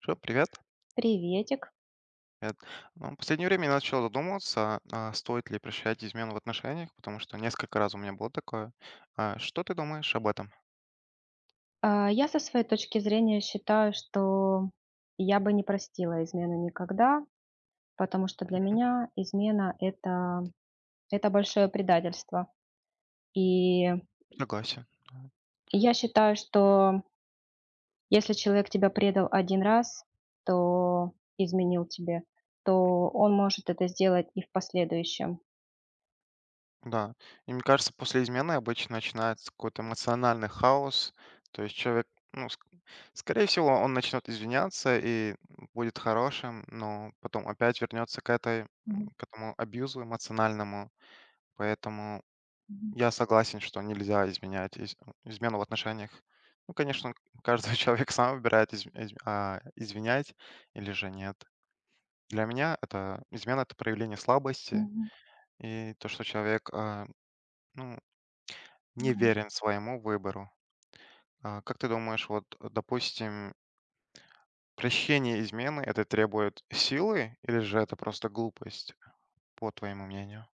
Всё, привет. Приветик. Привет. Ну, в последнее время я начал задумываться, стоит ли прощать измену в отношениях, потому что несколько раз у меня было такое. Что ты думаешь об этом? Я со своей точки зрения считаю, что я бы не простила измену никогда, потому что для меня измена — это это большое предательство. И Согласен. я считаю, что если человек тебя предал один раз, то изменил тебе, то он может это сделать и в последующем. Да. И мне кажется, после измены обычно начинается какой-то эмоциональный хаос. То есть человек, ну, скорее всего, он начнет извиняться и будет хорошим, но потом опять вернется Мгм, к этому абьюзу эмоциональному. Поэтому мгм, я согласен, что нельзя измену в отношениях. Ну, конечно, каждый человек сам выбирает извинять или же нет. Для меня это измена это проявление слабости мгм. и то, что человек ну, Ну не да. верен своему выбору. Как ты думаешь, вот, допустим, прощение измены это требует силы или же это просто глупость, по твоему мнению?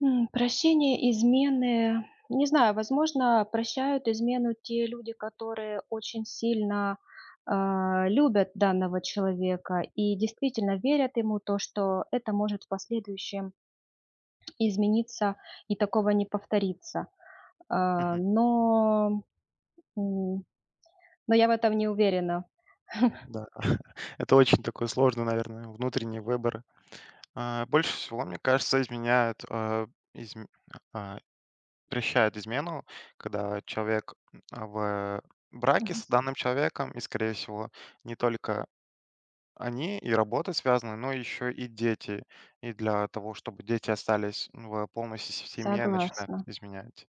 Прощение измены, не знаю, возможно, прощают измену те люди, которые очень сильно, любят данного человека и действительно верят ему, то, что это может в последующем измениться и такого не повторится. А, Мгм. но, м, но я в этом не уверена. Да, это очень такой сложный, наверное, внутренний выбор. А, больше всего, мне кажется, изменяет, а, изм а прещает измену, когда человек, в браке Мгм. с данным человеком, и, скорее всего, не только они и работа связаны, но еще и дети. И для того, чтобы дети остались в полной се семье, начинают Согласна. изменять.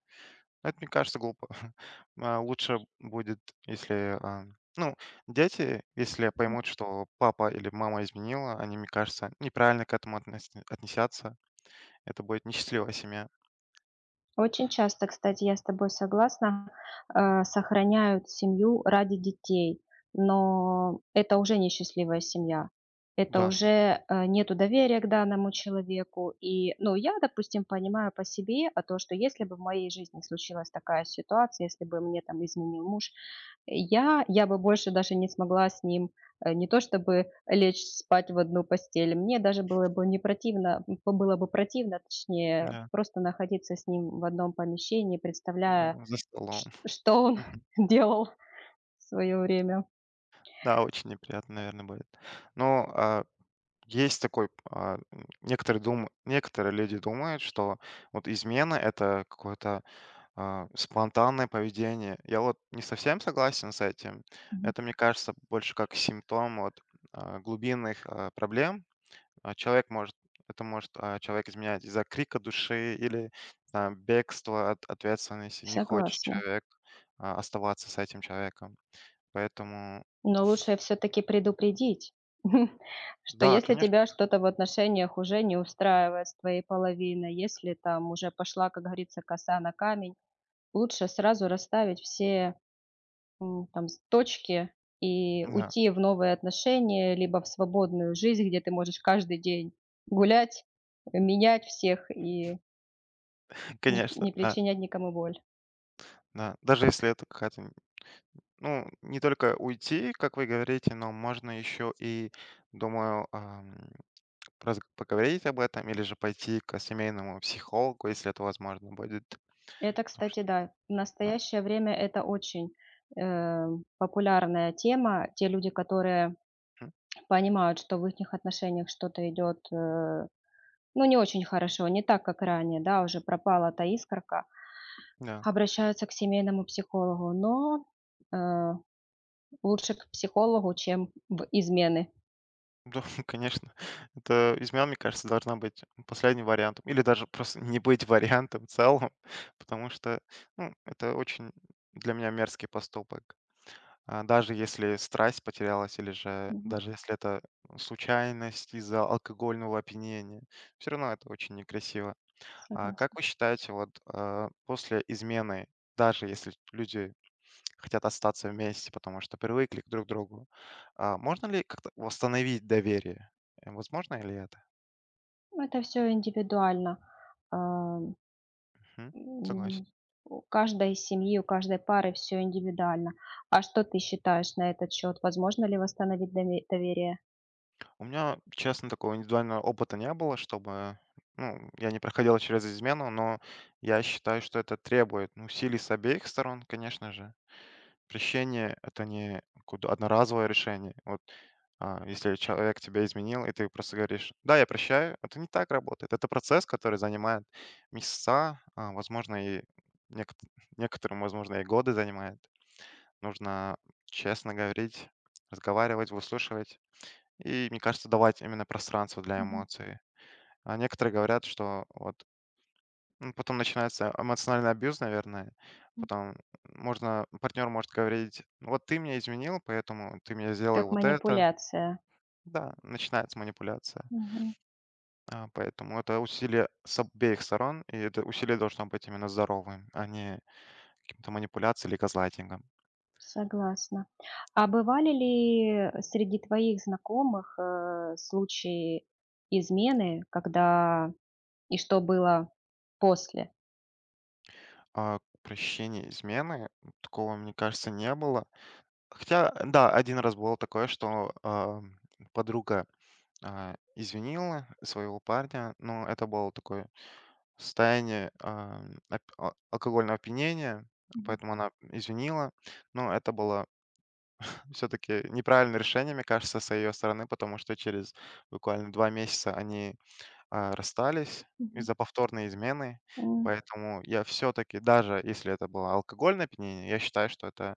Это, мне кажется, глупо. Лучше будет, если, а, ну, дети, если поймут, что папа или мама изменила, они, мне кажется, неправильно к этому отнесятся. Это будет несчастливая семья. Очень часто, кстати, я с тобой согласна, сохраняют семью ради детей, но это уже несчастливая семья. Это Да, уже нету доверия к данному человеку. И, ну, я, допустим, понимаю по себе, а то, что если бы в моей жизни случилась такая ситуация, если бы мне там изменил муж, я бы больше даже не смогла с ним не то чтобы лечь спать в одну постель. Мне даже было бы не противно, было бы противно, точнее, да, просто находиться с ним в одном помещении, да, представляя, за столом. Что он делал в свое время. Да, очень неприятно, наверное, будет. Но, есть такой, некоторые дум некоторые люди думают, что вот измена- это какое-то, спонтанное поведение. Я вот не совсем согласен с этим. Мгм. Это, мне кажется, больше как симптом вот, глубинных, проблем. А, человек может это может, а, человек изменять из-за крика души или, там, бегства от ответственности. Не хочет Согласна. человек, оставаться с этим человеком. Поэтому Но лучше все-таки предупредить, что да, если конечно, тебя что-то в отношениях уже не устраивает с твоей половиной, если там уже пошла, как говорится, коса на камень, лучше сразу расставить все М, там с точки и да. уйти в новые отношения, либо в свободную жизнь, где ты можешь каждый день гулять, менять всех и не Конечно, не да, причинять никому боль. да. Даже если это какая-то, ну, не только уйти, как вы говорите, но можно еще и, думаю, поговорить об этом или же пойти к семейному психологу, если это возможно будет. Это, Потому что, кстати, да, в да, настоящее время это очень, э, популярная тема. Те люди, которые м, понимают, что в ихних отношениях что-то идет, ну, не очень хорошо, не так, как ранее, да, уже пропала та искорка, да, обращаются к семейному психологу. Но, э, лучше к психологу, чем в измены. да, конечно. Это измена, мне кажется, должна быть последним вариантом. Или даже просто не быть вариантом в целом, потому что, ну, это очень для меня мерзкий поступок. Даже если страсть потерялась или же Мгм. даже если это случайность из-за алкогольного опьянения, все равно это очень некрасиво. А как Согласна. вы считаете, вот, после измены, даже если люди хотят остаться вместе, потому что привыкли друг к другу, можно ли как-то восстановить доверие? Возможно ли это? Ну, это все индивидуально. А, м, Мгм. Согласен. у каждой семьи, у каждой пары все индивидуально. А что ты считаешь на этот счет? Возможно ли восстановить доверие? У меня, честно, такого индивидуального опыта не было, чтобы, ну, я не проходил через измену, но я считаю, что это требует, ну, усилий с обеих сторон, конечно же. Прощение— это не какое-то одноразовое решение. Вот, если человек тебя изменил, и ты просто говоришь: "Да, я прощаю", это не так работает. Это процесс, который занимает месяца, а, возможно, и некот некоторым, возможно, и годы занимает. Нужно честно говорить, разговаривать, выслушивать. И, мне кажется, давать именно пространство для Мгм. эмоций. А некоторые говорят, что вот ну, потом начинается эмоциональный абьюз, наверное. Потом можно, партнер может говорить: «Ну вот ты меня изменил, поэтому ты мне сделал Как вот это». манипуляция. Да, начинается манипуляция. Мгм. Поэтому это усилие с обеих сторон, и это усилие должно быть именно здоровым, а не каким-то манипуляцией или газлайтингом. Согласна. А бывали ли среди твоих знакомых, случаи измены, когда и что было после? А прощение измены, вот такого, мне кажется, не было. Хотя, да, один раз было такое, что, подруга, извинила своего парня, но это было такое состояние, алкогольного опьянения, поэтому она извинила. Но это было все таки неправильное решение, мне кажется, с ее стороны, потому что через буквально 2 месяца они, расстались Мгм. из-за повторной измены. Поэтому я все таки даже если это было алкогольное опьянение, я считаю, что это,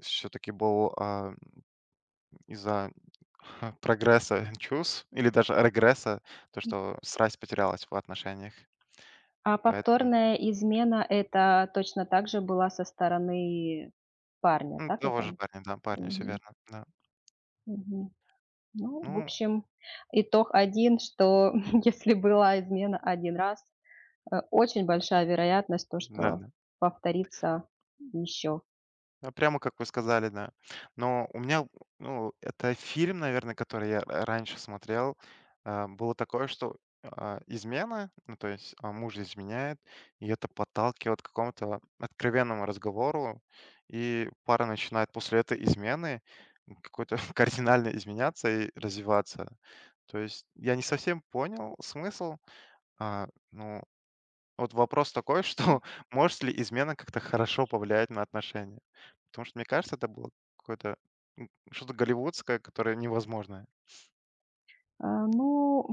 все таки был, из-за прогресса чувств или даже регресса, то, М. что страсть потерялась в отношениях. А Поэтому, повторная измена — это точно так же была со стороны парня, ну, так я того же поняла. парня, да, парня, все Мгм, верно, да. мгм. Ну, в Ну общем, итог один, что если была измена один раз, очень большая вероятность то, что да-да. повторится еще. Да, прямо как вы сказали, да. Но у меня, ну, это фильм, наверное, который я раньше смотрел. Было такое, что измена, ну, то есть муж изменяет, и это подталкивает к какому-то откровенному разговору, и пара начинает после этой измены какой-то кардинально изменяться и развиваться. То есть я не совсем понял смысл, ну, вот вопрос такой, что может ли измена как-то хорошо повлиять на отношения? Потому что, мне кажется, это было какое-то, что-то голливудское, которое невозможное. А, ну,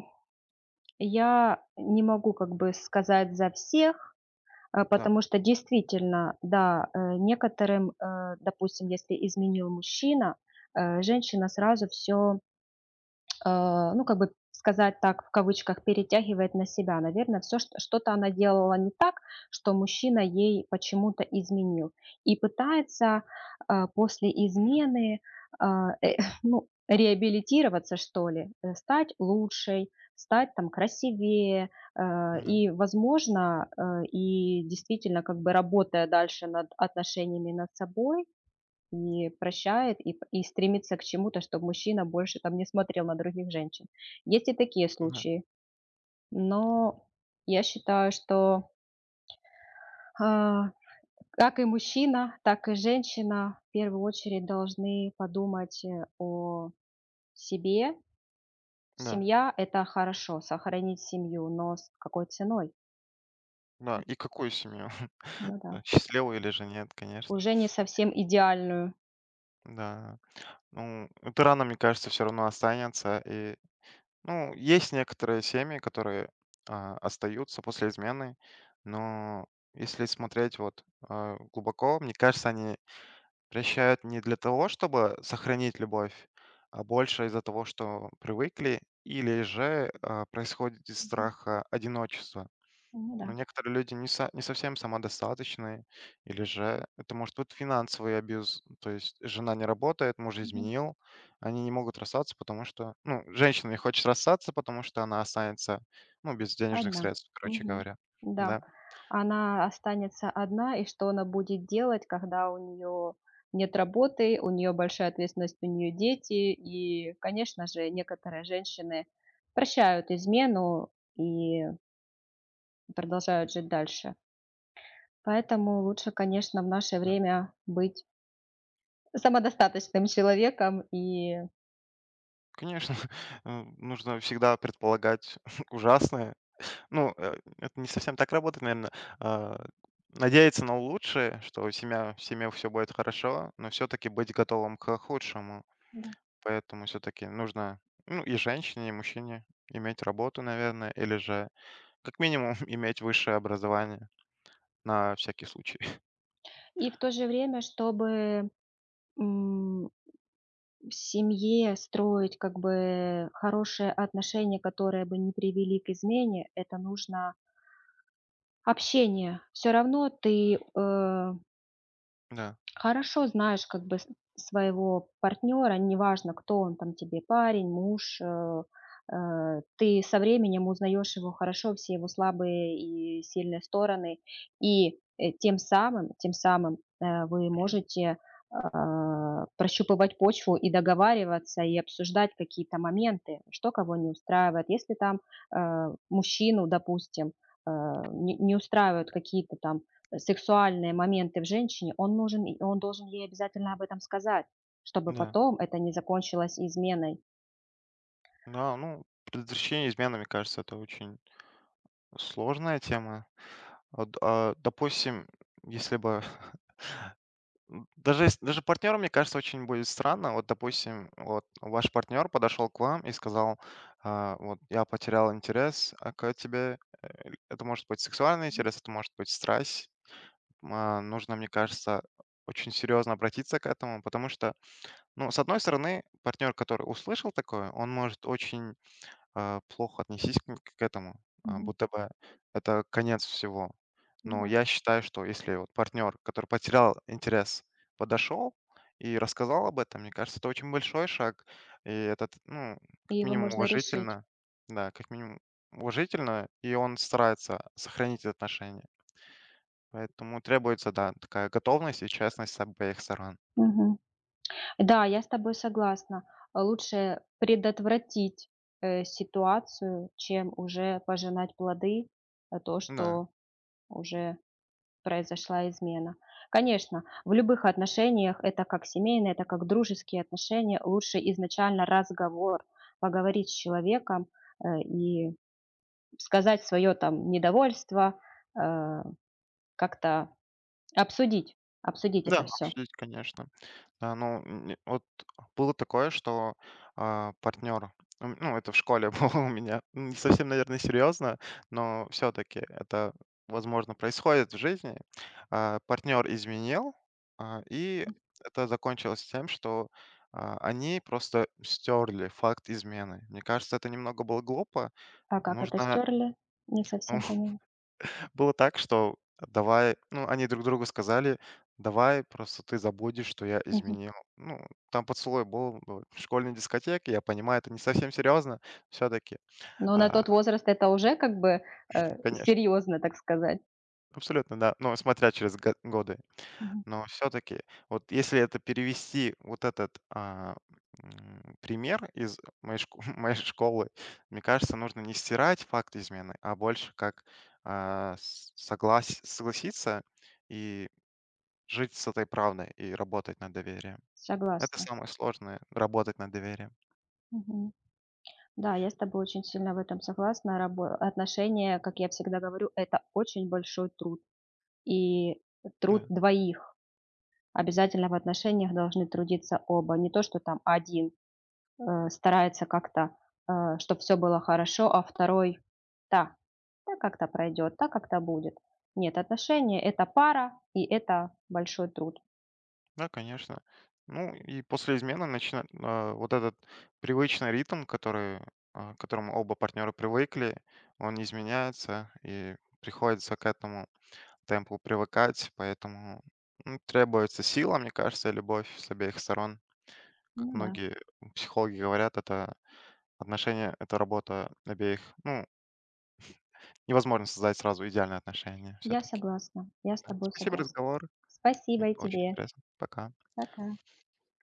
я не могу как бы сказать за всех, Да, потому что действительно, да, некоторым, допустим, если изменил мужчина, женщина сразу все ну, как бы сказать так, в кавычках, перетягивает на себя. Наверное, все что-то она делала не так, что мужчина ей почему-то изменил. И пытается после измены а, э, ну, реабилитироваться, что ли, стать лучшей, стать там красивее. Да, И, возможно, и действительно, как бы работая дальше над отношениями над собой, и прощает, и стремится к чему-то, чтобы мужчина больше там не смотрел на других женщин. Есть и такие да, случаи, но я считаю, что, а, как и мужчина, так и женщина в первую очередь должны подумать, о себе. да, Семья — это хорошо, сохранить семью, но с какой ценой? да. И какую семью? Ну Да, да. счастливую или же нет, конечно. Уже не совсем идеальную. Да. Ну, это рано, мне кажется, все равно останется. И, ну, есть некоторые семьи, которые остаются после измены, но если смотреть вот глубоко, мне кажется, они прощают не для того, чтобы сохранить любовь, а больше из-за того, что привыкли, или же происходит из Мгм. страха одиночества. Ну Но да. некоторые люди не совсем самодостаточные, или же это может быть финансовый абьюз, то есть жена не работает, муж Мгм. изменил, они не могут расстаться, потому что, ну, женщина не хочет расстаться, потому что она останется, ну, без денежных Одна. средств, короче Мгм. говоря, Да. да. Она останется одна, и что она будет делать, когда у нее нет работы, у нее большая ответственность, у нее дети, и, конечно же, некоторые женщины прощают измену и продолжают жить дальше. Поэтому лучше, конечно, в наше Да. время быть самодостаточным человеком и, Конечно, нужно всегда предполагать ужасное. Ну, это не совсем так работает, наверное. А, Надеяться на лучшее, что семья в семье все будет хорошо, но все-таки быть готовым к худшему. да. Поэтому все-таки нужно, ну, и женщине, и мужчине иметь работу, наверное, или же как минимум иметь высшее образование на всякий случай. И в то же время, чтобы м, в семье строить как бы хорошие отношения, которые бы не привели к измене, это нужно общение. Все равно ты, Да, хорошо знаешь как бы с своего партнёра, неважно, кто он там тебе, парень, муж, э, ты со временем узнаешь его хорошо, все его слабые и сильные стороны, и, тем самым, вы можете, прощупывать почву и договариваться, и обсуждать какие-то моменты, что кого не устраивает. Если там, э, мужчину, допустим, э, не устраивают какие-то там сексуальные моменты в женщине, он нужен, и он должен ей обязательно об этом сказать, чтобы да, потом это не закончилось изменой. да, ну, предотвращение измены, мне кажется, это очень сложная тема. Вот, допустим, если бы даже ес даже партнёру, мне кажется, очень будет странно. Вот, допустим, вот ваш партнер подошел к вам и сказал: Вот я потерял интерес, к тебе". Это может быть сексуальный интерес, это может быть страсть. Нужно, мне кажется, очень серьезно обратиться к этому, потому что, ну, с одной стороны, партнер который услышал такое, он может очень плохо отнесись к этому, Мгм. будто бы это конец всего. Ну Но да. я считаю, что если вот партнер, который потерял интерес, подошел и рассказал об этом, мне кажется, это очень большой шаг. И этот, ну, И как его минимум можно решить. уважительно. Да, как минимум уважительно, и он старается сохранить отношения. Поэтому требуется, да, такая готовность и честность с обеих сторон. Мгм. Да, я с тобой согласна. Лучше предотвратить ситуацию, чем уже пожинать плоды то, Да, что уже произошла измена. Конечно, в любых отношениях, это как семейные, это как дружеские отношения, лучше изначально разговор, поговорить с человеком и сказать свое там недовольство, э, как-то обсудить, обсудить это да, все. обсудить, конечно. Ну, вот было такое, что, партнер, ну, это в школе было у меня, не совсем, наверное, серьезно, но все-таки это, возможно, происходит в жизни. Партнер изменил, и это закончилось тем, что, они просто стерли факт измены. Мне кажется, это немного было глупо. А как это Нужно, стерли? Не ну совсем поняла. было так, что давай, ну, они друг другу сказали: "Давай, просто ты забудешь, что я Мгм. изменил". Ну, там поцелуй был в школьной дискотеке, я понимаю, это не совсем серьезно все таки. Но на А, тот возраст это уже как бы Конечно, серьезно, так сказать. абсолютно, да, но смотря через го годы. Мгм. Но все таки вот если это перевести, вот этот, пример из моей шко моей школы, мне кажется, нужно не стирать факт измены, а больше как, с соглась согласиться и жить с этой правдой и работать над доверием. Это Согласна. самое сложное- работать над доверием. Мгм. Да, я с тобой очень сильно в этом согласна. Рабо Отношения, как я всегда говорю, это очень большой труд. И Да, труд двоих. Обязательно в отношениях должны трудиться оба. Не то, что там один старается как-то, чтобы все было хорошо, а второй, да, так как-то пройдет, так как-то будет. Нет, отношения– это пара, и это большой труд. да, конечно. Ну и после измены начинает вот этот привычный ритм, который, к которому оба партнера привыкли, он изменяется, и приходится к этому темпу привыкать, поэтому, ну, требуется сила, мне кажется, и любовь с обеих сторон. Ну Как да, многие психологи говорят, это отношения- это работа обеих. Ну, невозможно создать сразу идеальные отношения я все-таки. согласна, я с тобой Спасибо за согласна. разговор. Это Спасибо и было очень тебе. интересно. Пока. Пока.